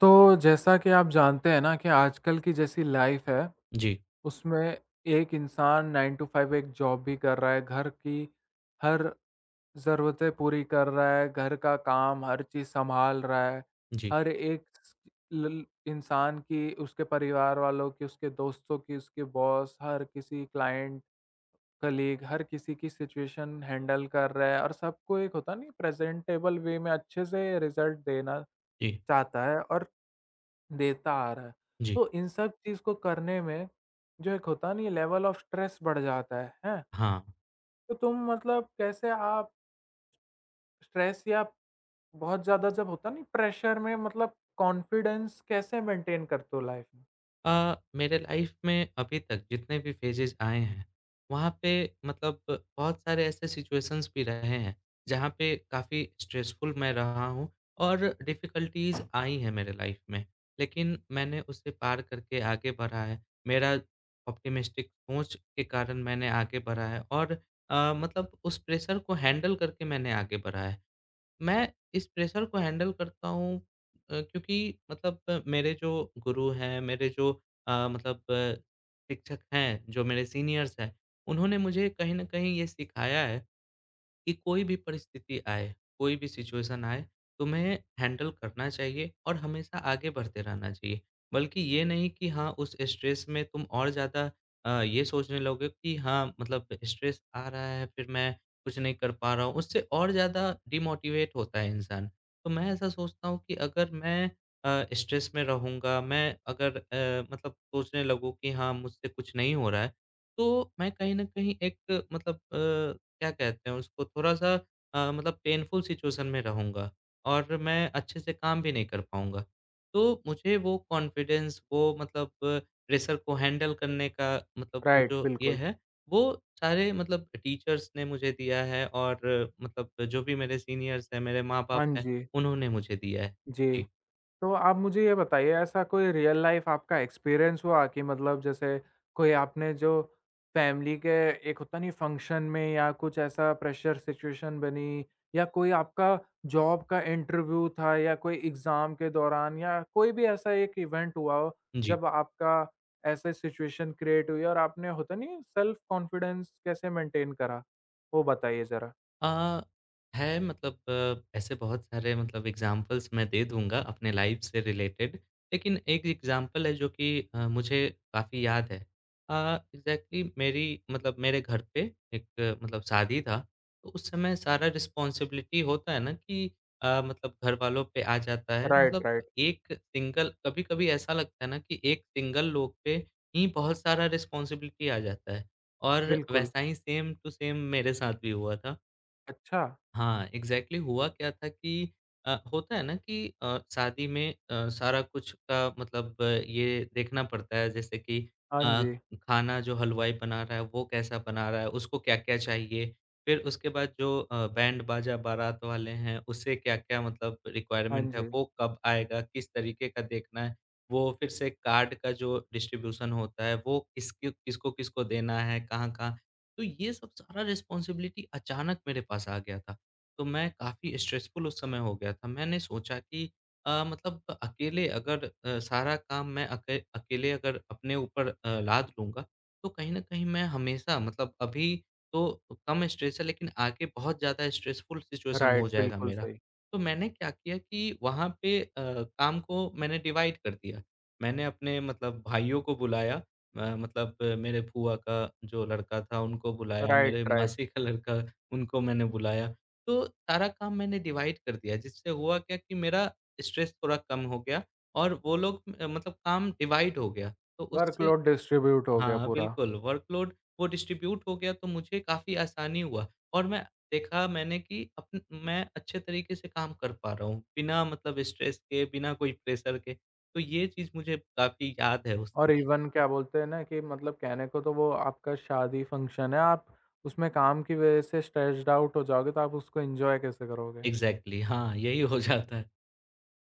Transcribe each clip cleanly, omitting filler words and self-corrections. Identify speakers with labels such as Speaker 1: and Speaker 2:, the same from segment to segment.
Speaker 1: तो जैसा कि आप जानते हैं ना कि आजकल की जैसी लाइफ है,
Speaker 2: जी,
Speaker 1: उसमें एक इंसान 9 टू 5 एक जॉब भी कर रहा है, घर की हर ज़रूरतें पूरी कर रहा है, घर का काम हर चीज़ सँभाल रहा है।
Speaker 2: जी,
Speaker 1: हर एक स ल इंसान की, उसके परिवार वालों की, उसके दोस्तों की, उसके बॉस, हर किसी क्लाइंट, कलीग, हर किसी की सिचुएशन हैंडल कर रहा है और सबको एक होता नहीं प्रेज़ेंटेबल वे में अच्छे से रिज़ल्ट देना
Speaker 2: जी,
Speaker 1: चाहता है और देता आ रहा है।
Speaker 2: जी।
Speaker 1: तो इन सब चीज़ को करने में जो एक होता नहीं है लेवल ऑफ स्ट्रेस बढ़ जाता है, हैं?
Speaker 2: हाँ।
Speaker 1: तो तुम मतलब कैसे आप स्ट्रेस या बहुत ज़्यादा जब होता नहीं प्रेशर में मतलब कॉन्फिडेंस कैसे मेंटेन करते हो लाइफ़ में?
Speaker 2: मेरे लाइफ़ में अभी तक जितने भी फेजेज़ आए हैं, वहाँ पे बहुत सारे ऐसे सिचुएशंस भी रहे हैं, जहाँ पे काफ़ी स्ट्रेसफुल मैं रहा हूँ और डिफ़िकल्टीज़ आई हैं मेरे लाइफ़ में। लेकिन मैंने उसे पार करके आगे बढ़ा है। मेरा ऑप्टिमिस्टिक सोच के कारण मैंने आगे बढ़ा है और उस प्रेशर को हैंडल करके मैंने आगे बढ़ा है। मैं इस प्रेशर को हैंडल करता हूँ क्योंकि मेरे जो गुरु हैं, मेरे जो अ, मतलब अ, शिक्षक हैं, जो मेरे सीनियर्स हैं, उन्होंने मुझे कहीं न कहीं ये सिखाया है कि कोई भी परिस्थिति आए, कोई भी सिचुएशन आए, तुम्हें हैंडल करना चाहिए और हमेशा आगे बढ़ते रहना चाहिए। बल्कि ये नहीं कि हाँ, उस स्ट्रेस में तुम और ज़्यादा ये सोचने लगोगे कि हाँ, स्ट्रेस आ रहा है, फिर मैं कुछ नहीं कर पा रहा हूँ, उससे और ज़्यादा डिमोटिवेट होता है इंसान। तो मैं ऐसा सोचता हूँ कि अगर मैं स्ट्रेस में रहूँगा, मैं अगर सोचने लगूँ कि हाँ, मुझसे कुछ नहीं हो रहा है, तो मैं कहीं न कहीं एक क्या कहते हैं उसको थोड़ा-सा पेनफुल सिचुएशन में रहूँगा और मैं अच्छे से काम भी नहीं कर पाऊँगा। तो मुझे वो कॉन्फिडेंस, वो प्रेशर को हैंडल करने का वो
Speaker 1: राइट,
Speaker 2: जो ये
Speaker 1: बिल्कुल।
Speaker 2: है, वो सारे टीचर्स ने मुझे दिया है और जो भी मेरे सीनियर्स हैं, मेरे माँ-बाप
Speaker 1: हाँ
Speaker 2: हैं,
Speaker 1: जी।
Speaker 2: उन्होंने मुझे दिया है।
Speaker 1: जी।
Speaker 2: जी।
Speaker 1: तो आप मुझे ये बताइए ऐसा कोई रियल लाइफ आपका एक्सपीरियंस हुआ कि मतलब जैसे कोई आपने जो फैमिली के एक होता नहीं फंक्शन में या कुछ ऐसा प्रेशर सिचुएशन बनी या कोई आपका जॉब का इंटरव्यू था या कोई एग्जाम के दौरान या कोई भी ऐसा एक इवेंट हुआ हो
Speaker 2: जी।
Speaker 1: जब आपका ऐसे सिचुएशन क्रिएट हुई और आपने होता नहीं सेल्फ कॉन्फिडेंस कैसे मेंटेन करा वो बताइए जरा।
Speaker 2: अ, है ऐसे बहुत सारे एग्ज़ाम्पल्स मैं दे दूँगा अपने लाइफ़ से रिलेटेड। लेकिन एक एग्ज़ाम्पल है जो कि मुझे काफ़ी याद है। अ, एग्ज़ैक्टली मेरी मतलब मेरे घर पे एक शादी था, तो उस समय सारा रिस्पॉन्सिबिलिटी होता है ना कि घर वालों पे आ जाता है।
Speaker 1: राइट राइट
Speaker 2: एक सिंगल कभी-कभी ऐसा लगता है ना कि एक सिंगल लोग पे ही बहुत सारा रिस्पॉन्सिबिलिटी आ जाता है और
Speaker 1: बिल्कुल।
Speaker 2: वैसा ही सेम टू सेम मेरे साथ भी हुआ था।
Speaker 1: अच्छा।
Speaker 2: हाँ, एग्ज़ैक्टली हुआ क्या था कि होता है ना कि शादी में सारा कुछ का ये देखना पड़ता है जैसे कि
Speaker 1: हाँ
Speaker 2: अ,
Speaker 1: जी।
Speaker 2: खाना जो हलवाई बना रहा है वो कैसा बना रहा है, उसको क्या-क्या चाहिए। फिर उसके बाद जो बैंड बाजा बारात वाले हैं उससे क्या-क्या
Speaker 1: हाँ
Speaker 2: रिक्वायरमेंट है,
Speaker 1: जी।
Speaker 2: वो कब आएगा, किस तरीके का देखना है। वो फिर से कार्ड का जो डिस्ट्रीब्यूशन होता है वो किसके किसको-किसको देना है, कहाँ-कहाँ। तो ये सब सारा रिस्पॉन्सिबिलिटी अचानक मेरे पास आ गया था। तो मैं काफ़ी स्ट्रेसफुल उस समय हो गया था। मैंने सोचा कि अकेले अगर सारा काम मैं अकेले अगर अपने ऊपर लाद लूँगा, तो कहीं न कहीं मैं हमेशा अभी तो कम स्ट्रेस है लेकिन आगे बहुत ज़्यादा स्ट्रेसफुल सिचुएशन
Speaker 1: राइट,
Speaker 2: हो जाएगा
Speaker 1: बिल्कुल
Speaker 2: मेरा।
Speaker 1: सही।
Speaker 2: तो मैंने क्या किया कि वहाँ पे काम को मैंने डिवाइड कर दिया। मैंने अपने भाइयों को बुलाया मेरे फूआ का जो लड़का था उनको बुलाया,
Speaker 1: राइट,
Speaker 2: मेरे
Speaker 1: राइट।
Speaker 2: मासी का लड़का उनको मैंने बुलाया। तो सारा काम मैंने डिवाइड कर दिया जिससे हुआ क्या कि मेरा स्ट्रेस थोड़ा कम हो गया और वो लोग काम डिवाइड हो गया। तो उससे
Speaker 1: वर्कलोड डिस्ट्रीब्यूट हो गया
Speaker 2: हाँ,
Speaker 1: पूरा।
Speaker 2: बिल्कुल वर्कलोड वो डिस्ट्रीब्यूट हो गया तो मुझे काफ़ी आसानी हुआ और मैं देखा मैंने कि अपन मैं अच्छे तरीके से काम कर पा रहा हूँ, बिना स्ट्रेस के, बिना कोई प्रेशर के। तो ये चीज़ मुझे काफ़ी याद है उस
Speaker 1: और
Speaker 2: समय।
Speaker 1: इवन क्या बोलते हैं ना कि मतलब कहने को तो वो आपका शादी फंक्शन है, आप उसमें काम की वज़ह से स्ट्रेस्ड आउट हो जाओगे तो आप उसको एन्जॉय कैसे करोगे?
Speaker 2: एग्ज़ैक्टली हाँ, यही हो जाता है।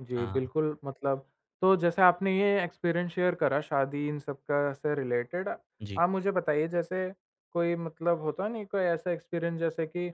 Speaker 1: जी,
Speaker 2: हाँ,
Speaker 1: बिल्कुल मतलब। तो जैसे आपने ये एक्सपीरियंस शेयर करा शादी इन सब का से रिलेटेड,
Speaker 2: जी।
Speaker 1: आप मुझे बताइए जैसे कोई मतलब होता नहीं कोई ऐसा एक्सपीरियंस जैसे कि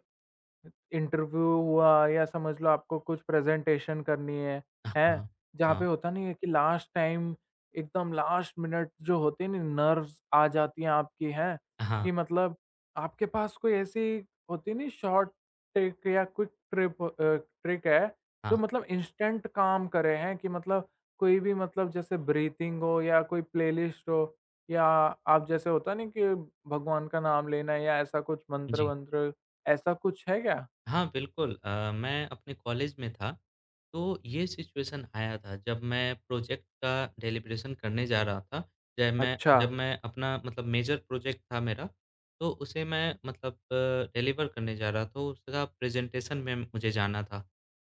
Speaker 1: इंटरव्यू हुआ या समझ लो आपको कुछ प्रेजेंटेशन करनी है, हैं?
Speaker 2: हाँ,
Speaker 1: जहाँ पे
Speaker 2: हाँ,
Speaker 1: होता नहीं है कि लास्ट टाइम एकदम लास्ट मिनट जो होते हैं ना नर्व्स आ जाती हैं आपकी, हैं?
Speaker 2: हाँ,
Speaker 1: कि मतलब आपके पास कोई ऐसी होती नहीं शॉर्ट ट्रिक या क्विक ट्रिप ट्रिक है जो
Speaker 2: हाँ,
Speaker 1: मतलब इंस्टेंट काम करे, हैं? कि मतलब कोई भी मतलब जैसे ब्रीथिंग हो या कोई प्लेलिस्ट हो या आप जैसे होता नहीं कि भगवान का नाम लेना या ऐसा कुछ
Speaker 2: जी।
Speaker 1: मंत्र-वंत्र, ऐसा कुछ है क्या?
Speaker 2: हाँ, बिल्कुल मैं अपने कॉलेज में था, तो ये सिचुएशन आया था जब मैं प्रोजेक्ट का डेलिब्रेशन करने जा रहा था।
Speaker 1: अच्छा।
Speaker 2: जब मैं अपना मेजर प्रोजेक्ट था मेरा, तो उसे मैं डिलीवर करने जा रहा था, तो उसका प्रेज़ेंटेशन में मुझे जाना था।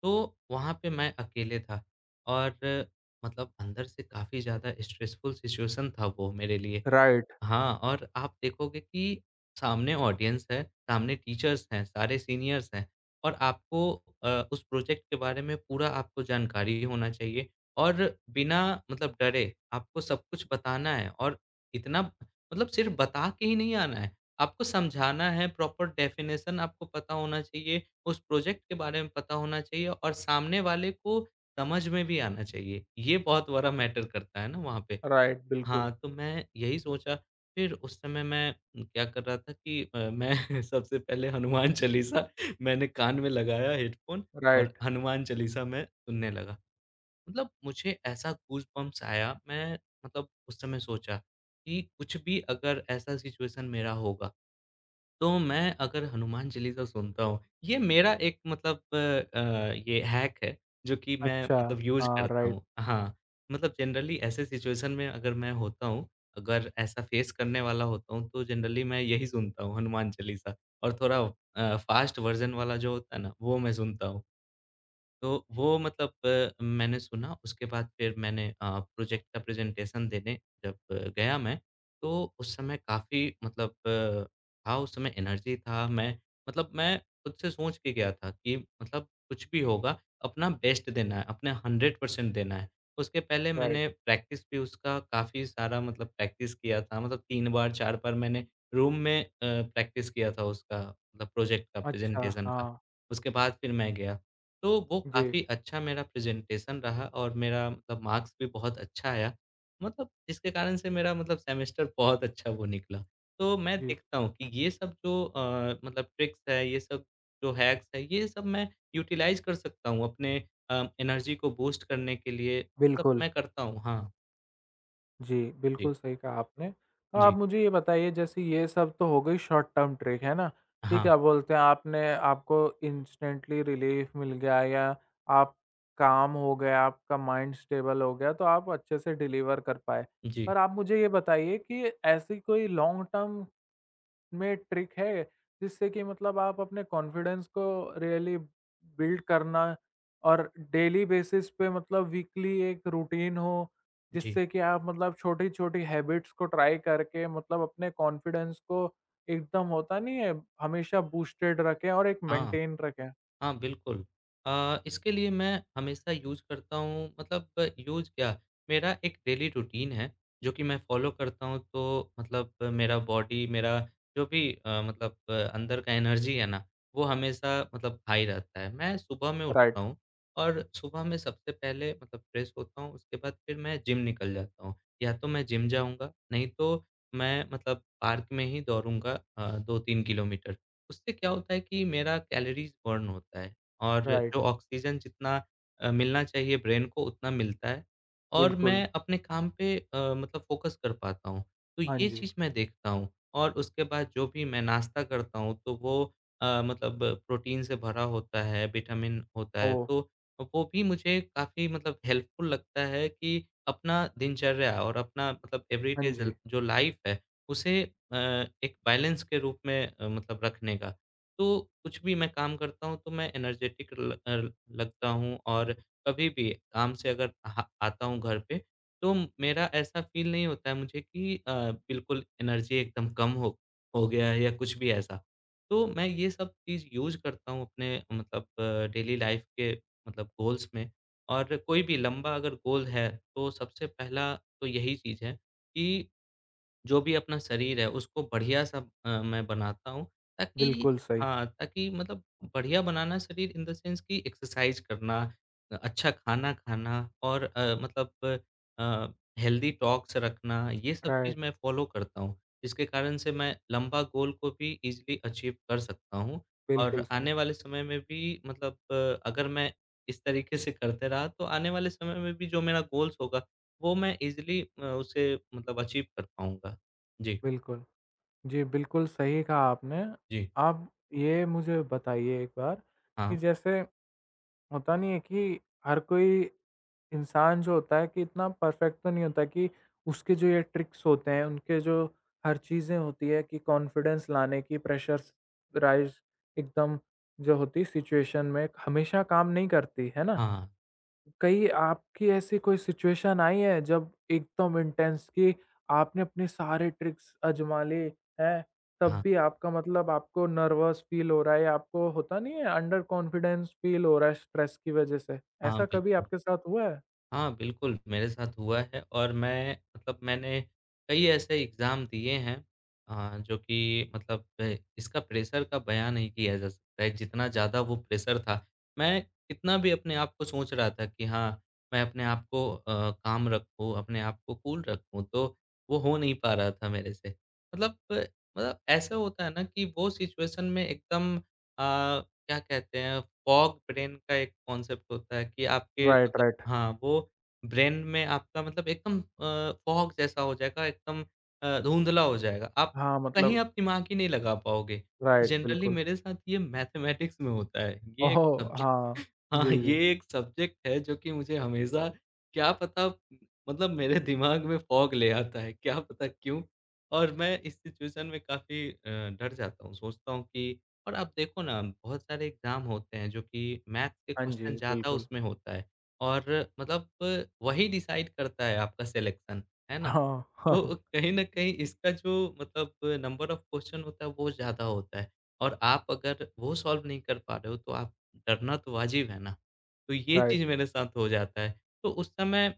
Speaker 2: तो वहाँ पे मैं अकेले था और अंदर से काफ़ी ज़्यादा स्ट्रेसफुल सिचुएशन था वो मेरे लिए।
Speaker 1: राइट,
Speaker 2: हाँ, और आप देखोगे कि सामने ऑडियंस है, सामने टीचर्स हैं, सारे सीनियर्स हैं और उस प्रोजेक्ट के बारे में पूरा आपको जानकारी होना चाहिए और बिना डरे आपको सब कुछ बताना है और इतना सिर्फ़ बता के ही नहीं आना है, आपको समझाना है, प्रॉपर डेफ़िनेशन आपको पता होना चाहिए, उस प्रोजेक्ट के बारे में पता होना चाहिए और सामने वाले को समझ में भी आना चाहिए। ये बहुत बड़ा मैटर करता है ना वहाँ पे
Speaker 1: राइट, बिल्कुल।
Speaker 2: हाँ, तो मैं यही सोचा, फिर उस समय मैं क्या कर रहा था कि मैं सबसे पहले हनुमान चालीसा मैंने कान में लगाया हेडफ़ोन और
Speaker 1: राइट।
Speaker 2: हनुमान चालीसा मैं सुनने लगा। मतलब मुझे ऐसा गूज़बम्प्स आया, मैं उस समय सोचा कि कुछ भी अगर ऐसा सिचुएशन मेरा होगा, तो मैं अगर हनुमान चालीसा सुनता हूँ, ये मेरा एक ये हैक है, जो कि मैं
Speaker 1: अच्छा,
Speaker 2: यूज़
Speaker 1: हाँ।
Speaker 2: करता
Speaker 1: राइट,
Speaker 2: हूँ। हाँ, मतलब जनरली ऐसे सिचुएशन में अगर मैं होता हूँ, अगर ऐसा फेस करने वाला होता हूँ, तो जनरली मैं यही सुनता हूँ हनुमान चालीसा और थोड़ा फ़ास्ट वर्ज़न वाला जो होता है ना, वो मैं सुनता हूँ। तो वो मैंने सुना उसके बाद फिर मैंने प्रोजेक्ट का प्रेजेंटेशन देने जब गया मैं, तो उस समय काफ़ी था उस समय एनर्जी था, मैं खुद से सोच के गया था कि कुछ भी होगा अपना बेस्ट देना है, अपना 100% देना है। उसके पहले
Speaker 1: राइट,
Speaker 2: मैंने प्रैक्टिस भी उसका काफ़ी सारा प्रैक्टिस किया था, मतलब 3 बार 4 बार मैंने रूम में प्रैक्टिस किया था उसका मतलब प्रोजेक्ट का,
Speaker 1: अच्छा,
Speaker 2: प्रेजेंटेशन का।
Speaker 1: हाँ।
Speaker 2: उसके बाद फिर मैं गया। तो वो
Speaker 1: जी,
Speaker 2: काफ़ी अच्छा मेरा प्रेज़ेंटेशन रहा और मेरा मार्क्स भी बहुत अच्छा आया। मतलब जिसके कारण से मेरा मतलब सेमेस्टर बहुत अच्छा वो निकला। तो मैं
Speaker 1: जी।
Speaker 2: देखता हूँ कि ये सब जो ट्रिक्स है, ये सब जो हैक्स है, ये सब मैं यूटिलाइज़ कर सकता हूँ अपने एनर्जी को बूस्ट करने के लिए
Speaker 1: बिल्कुल।
Speaker 2: मैं करता हूँ। हाँ,
Speaker 1: जी,
Speaker 2: जी,
Speaker 1: बिल्कुल सही कहा आपने। तो आप
Speaker 2: जी।
Speaker 1: मुझे ये बताइए जैसे ये सब तो हो गई शॉर्ट टर्म ट्रिक, है ना? कि
Speaker 2: हाँ,
Speaker 1: क्या बोलते हैं आपने, आपको इंस्टेंटली रिलीफ मिल गया या आप काम हो गया, आपका माइंड स्टेबल हो गया तो आप अच्छे से डिलीवर कर पाए।
Speaker 2: जी,
Speaker 1: पर आप मुझे ये बताइए कि ऐसी कोई लॉन्ग टर्म में ट्रिक है जिससे कि मतलब आप अपने कॉन्फिडेंस को रियली बिल्ड करना और डेली बेसिस पे मतलब वीकली एक रूटीन हो
Speaker 2: जी।
Speaker 1: जिससे कि आप मतलब छोटी छोटी हैबिट्स को ट्राई करके मतलब अपने कॉन्फिडेंस को एकदम होता नहीं है हमेशा बूस्टेड रखें और एक
Speaker 2: हाँ।
Speaker 1: मेंटेन रखें।
Speaker 2: हाँ, बिल्कुल। इसके लिए मैं हमेशा यूज़ करता हूँ यूज़ क्या, मेरा एक डेली रूटीन है, जो कि मैं फ़ॉलो करता हूँ तो मेरा बॉडी मेरा जो भी अंदर का एनर्जी है ना, वो हमेशा हाई रहता है। मैं सुबह में उठता
Speaker 1: राइट
Speaker 2: हूँ और सुबह में सबसे पहले फ्रेश होता हूँ, उसके बाद फिर मैं जिम निकल जाता हूँ। या तो मैं जिम जाऊँगा, नहीं तो मैं पार्क में ही दौड़ूँगा 2-3 किलोमीटर। उससे क्या होता है कि मेरा कैलोरीज़ बर्न होता है और जो
Speaker 1: राइट
Speaker 2: ऑक्सीजन जितना मिलना चाहिए ब्रेन को उतना मिलता है और
Speaker 1: बिल्कुल।
Speaker 2: मैं अपने काम पे फ़ोकस कर पाता हूँ। तो
Speaker 1: हाँ
Speaker 2: ये
Speaker 1: जी।
Speaker 2: चीज़ मैं देखता हूँ और उसके बाद जो भी मैं नाश्ता करता हूँ तो वो प्रोटीन से भरा होता है, विटामिन होता
Speaker 1: ओ।
Speaker 2: है तो वो भी मुझे काफ़ी हेल्पफुल लगता है कि अपना दिनचर्या और अपना
Speaker 1: हाँ
Speaker 2: एवरीडे ज़
Speaker 1: जी।
Speaker 2: जो लाइफ़ है उसे अ, एक बैलेंस के रूप में रखने का। तो कुछ भी मैं काम करता हूँ तो मैं एनर्जेटिक लगता हूँ और कभी भी काम से अगर अहा आता हूँ घर पे, तो मेरा ऐसा फ़ील नहीं होता है मुझे कि बिल्कुल एनर्जी एकदम कम हो गया है या कुछ भी ऐसा। तो मैं ये सब चीज़ यूज़ करता हूँ अपने डेली लाइफ़ के गोल्स में और कोई भी लंबा अगर गोल है, तो सबसे पहला तो यही चीज़ है कि जो भी अपना शरीर है उसको बढ़िया सा मैं बनाता हूँ ताकि
Speaker 1: बिल्कुल सही।
Speaker 2: हाँ, ताकि बढ़िया बनाना शरीर इन द सेंस कि एक्सरसाइज करना, अच्छा खाना खाना और अ, हेल्दी टॉक्स रखना, ये सब चीज़
Speaker 1: राइट।
Speaker 2: मैं फॉलो करता हूँ। जिसके कारण से मैं लंबा गोल को भी ईज़िली अचीव कर सकता हूँ और
Speaker 1: बिल्कुल सही।
Speaker 2: आने वाले समय में भी अगर मैं इस तरीके से करते रहा तो आने वाले समय में भी जो मेरा गोल्स होगा, वो मैं ईज़िली उसे अचीव कर पाऊँगा। जी,
Speaker 1: बिल्कुल। जी, बिल्कुल सही कहा आपने।
Speaker 2: जी।
Speaker 1: आप ये मुझे बताइए एक बार
Speaker 2: हाँ,
Speaker 1: कि जैसे होता नहीं है कि हर कोई इंसान जो होता है कि इतना परफेक्ट तो नहीं होता कि उसके जो ये ट्रिक्स होते हैं, उनके जो हर चीज़ें होती है कि कॉन्फिडेंस लाने की प्रेशर्स राइज़ एकदम जो होती है सिचुएशन में हमेशा काम नहीं करती, है ना?
Speaker 2: हाँ,
Speaker 1: कहीं आपकी ऐसी कोई सिचुएशन आई है जब एकदम इंटेंस कि आपने अपने सारे ट्रिक्स आज़मा लिए हैं, तब
Speaker 2: हाँ,
Speaker 1: भी आपका मतलब आपको नर्वस फ़ील हो रहा है या आपको होता नहीं है अंडर कॉन्फिडेंस फ़ील हो रहा है स्ट्रेस की वज़ह से?
Speaker 2: हाँ,
Speaker 1: ऐसा कभी
Speaker 2: बिल्कुल।
Speaker 1: आपके साथ हुआ है?
Speaker 2: हाँ, बिल्कुल, मेरे साथ हुआ है और मैंने कई ऐसे एग्ज़ाम दिए हैं जो कि इसका प्रेशर का बयान नहीं किया जा सकता है, जितना ज़्यादा वो प्रेशर था। मैं कितना भी अपने आप को सोच रहा था कि हाँ, मैं अपने आप को काम रखूँ, अपने आप को कूल रखूँ, तो वो हो नहीं पा रहा था मेरे से। मतलब अ, ऐसा होता है ना कि वो सिचुएशन में क्या कहते हैं, फॉग ब्रेन का एक कॉन्सेप्ट होता है कि आपके
Speaker 1: राइट, राइट।
Speaker 2: हाँ, वो ब्रेन में आपका एकदम फॉग जैसा हो जाएगा, एकदम धुंधला हो जाएगा। आप
Speaker 1: हाँ,
Speaker 2: कहीं
Speaker 1: मतलब।
Speaker 2: आप दिमाग ही नहीं लगा पाओगे। तो
Speaker 1: राइट,
Speaker 2: जनरली
Speaker 1: बिल्कुल।
Speaker 2: मेरे साथ ये मैथमेटिक्स में होता है। ये
Speaker 1: ओह!
Speaker 2: एक सब्जेक्ट
Speaker 1: हाँ।
Speaker 2: हाँ,
Speaker 1: जी, जी।
Speaker 2: ये एक सब्जेक्ट है जो कि मुझे हमेशा क्या पता मेरे दिमाग में फॉग ले आता है, क्या पता क्यों? और मैं इस सिचुएशन में काफ़ी डर जाता हूँ, सोचता हूँ कि और आप देखो ना बहुत सारे एग्ज़ाम होते हैं जो कि मैथ्स के
Speaker 1: हाँ
Speaker 2: क्वेश्चन
Speaker 1: जी,
Speaker 2: ज़्यादा
Speaker 1: बिल्कुल।
Speaker 2: उसमें होता है। और मतलब वही डिसाइड करता है आपका सिलेक्शन, है ना?
Speaker 1: हाँ,
Speaker 2: तो कहीं न कहीं इसका जो मतलब नंबर ऑफ क्वेश्चन होता है वो ज़्यादा होता है और आप अगर वो सॉल्व नहीं कर पा रहे हो तो आप डरना तो वाजिब है ना? तो ये चीज़
Speaker 1: राइट,
Speaker 2: मेरे साथ हो जाता है। तो उस समय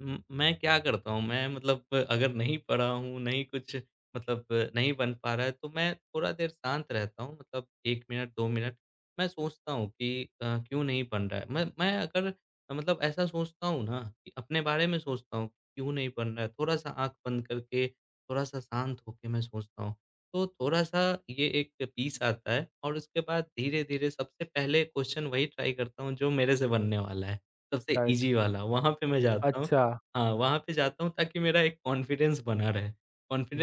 Speaker 2: मैं क्या करता हूँ, मैं मतलब अगर नहीं पढ़ा हूँ, नहीं कुछ मतलब नहीं बन पा रहा है, तो मैं थोड़ा देर शांत रहता हूँ, मतलब 1 मिनट, 2 मिनट। मैं सोचता हूँ कि क्यों नहीं बन रहा है? मैं अगर ऐसा सोचता हूँ ना कि अपने बारे में सोचता हूँ, क्यों नहीं बन रहा है? थोड़ा-सा आँख बंद करके, थोड़ा-सा शांत होके मैं सोचता हूँ, तो थोड़ा-सा ये एक पीस आता है और उसके बाद धीरे-धीरे सबसे पहले क्वेश्चन वही ट्राई करता हूँ, जो मेरे से बनने वाला है, सबसे
Speaker 1: राइट।
Speaker 2: ईज़ी वाला, वहाँ पे मैं जाता हूँ।
Speaker 1: अच्छा,
Speaker 2: हाँ, वहाँ पे जाता हूँ ताकि मेरा एक कॉन्फिडेंस बना रहे।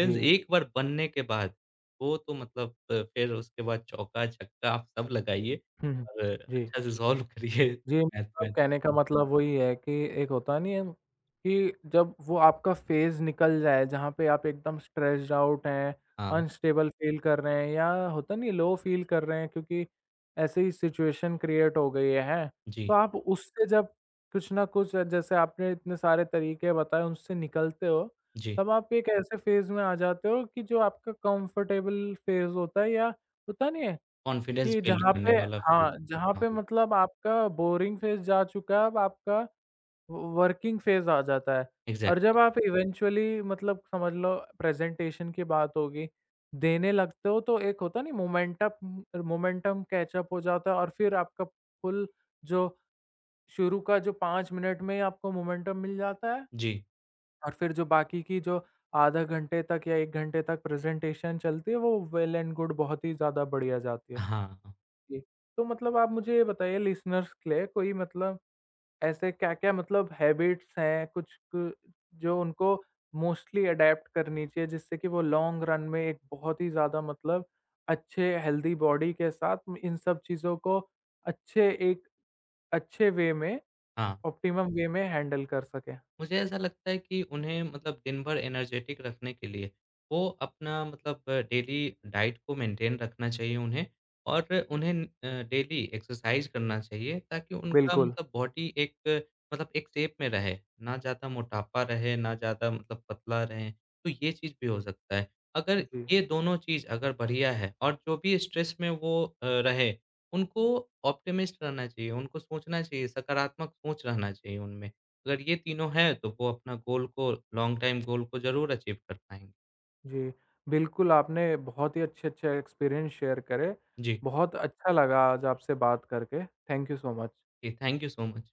Speaker 1: जी।
Speaker 2: एक बार बनने के बाद, वो तो फिर उसके बाद चौका-छक्का आप सब लगाइए
Speaker 1: हुँ।
Speaker 2: और
Speaker 1: जी।
Speaker 2: अच्छा से सॉल्व करिए
Speaker 1: जी, मतलब
Speaker 2: मैथमेटिक्स
Speaker 1: कहने का मतलब वही है कि एक होता नहीं है कि जब वो आपका फ़ेज़ निकल जाए, जहाँ पे आप एकदम स्ट्रेस्ड आउट हैं,
Speaker 2: हाँ,
Speaker 1: अनस्टेबल फ़ील कर रहे हैं या होता नहीं है लो फ़ील कर रहे हैं क्योंकि ऐसे ही सिचुएशन क्रिएट हो गई है, हैं? तो
Speaker 2: जी,
Speaker 1: आप उससे जब कुछ ना कुछ जैसे आपने इतने सारे तरीके बताए उनसे निकलते हो,
Speaker 2: जी।
Speaker 1: तब आप एक ऐसे फ़ेज़ में आ जाते हो कि जो आपका कंफर्टेबल फ़ेज़ होता है या होता नहीं है
Speaker 2: कॉन्फिडेंस
Speaker 1: कि
Speaker 2: बिल्ड
Speaker 1: जहाँ
Speaker 2: करने
Speaker 1: पे
Speaker 2: वाला फेज।
Speaker 1: हाँ, जहाँ
Speaker 2: हाँ,
Speaker 1: पे मतलब आपका बोरिंग फ़ेज़ जा चुका है, अब आपका व वर्किंग फ़ेज़ आ जाता है। और जब
Speaker 2: एग्ज़ैक्टली।
Speaker 1: आप इवेंचुअली मतलब समझ लो प्रेज़ेंटेशन की बात होगी, देने लगते हो तो एक होता नहीं मोमेंटम मोमेंटम कैच अप हो जाता है और फिर आपका फुल जो शुरू का जो 5 मिनट में ही आपको मोमेंटम मिल जाता है
Speaker 2: जी।
Speaker 1: और फिर जो बाकी की जो आधा घंटे तक या 1 घंटे तक प्रेज़ेंटेशन चलती है, वो वेल एंड गुड बहुत ही ज़्यादा बढ़िया जाती है।
Speaker 2: हाँ,
Speaker 1: जी। तो मतलब आप मुझे ये बताइए लिसनर्स के लिए कोई मतलब ऐसे क्या-क्या मतलब हैबिट्स हैं कुछ क जो उनको मोस्टली अडॉप्ट करनी चाहिए जिससे कि वो लॉन्ग रन में एक बहुत ही ज़्यादा मतलब अच्छे हेल्दी बॉडी के साथ म- इन सब चीज़ों को अच्छे एक अच्छे वे में
Speaker 2: हाँ।
Speaker 1: ऑप्टिमम वे में हैंडल कर सकें?
Speaker 2: मुझे ऐसा लगता है कि उन्हें दिन भर एनर्जेटिक रखने के लिए वो अपना डेली डाइट को मेंटेन रखना चाहिए उन्हें और उन्हें डेली एक्सरसाइज करना चाहिए ताकि उनका
Speaker 1: बिल्कुल।
Speaker 2: बॉडी एक एक शेप में रहे, ना ज़्यादा मोटापा रहे, ना ज़्यादा पतला रहें, तो ये चीज़ भी हो सकता है। अगर
Speaker 1: जी,
Speaker 2: ये दोनों चीज़ अगर बढ़िया है और जो भी स्ट्रेस में वो रहे, उनको ऑप्टिमिस्ट रहना चाहिए, उनको सोचना चाहिए, सकारात्मक सोच रहना चाहिए उनमें। अगर ये तीनों हैं तो वो अपना गोल को लॉन्ग टाइम गोल को ज़रूर अचीव कर पाएँगे।
Speaker 1: जी। बिल्कुल, आपने बहुत ही अच्छे-अच्छे एक्सपीरियंस शेयर करे।
Speaker 2: जी,
Speaker 1: बहुत अच्छा लगा आज आपसे बात करके। Thank you so much.
Speaker 2: जी थैंक यू सो मच।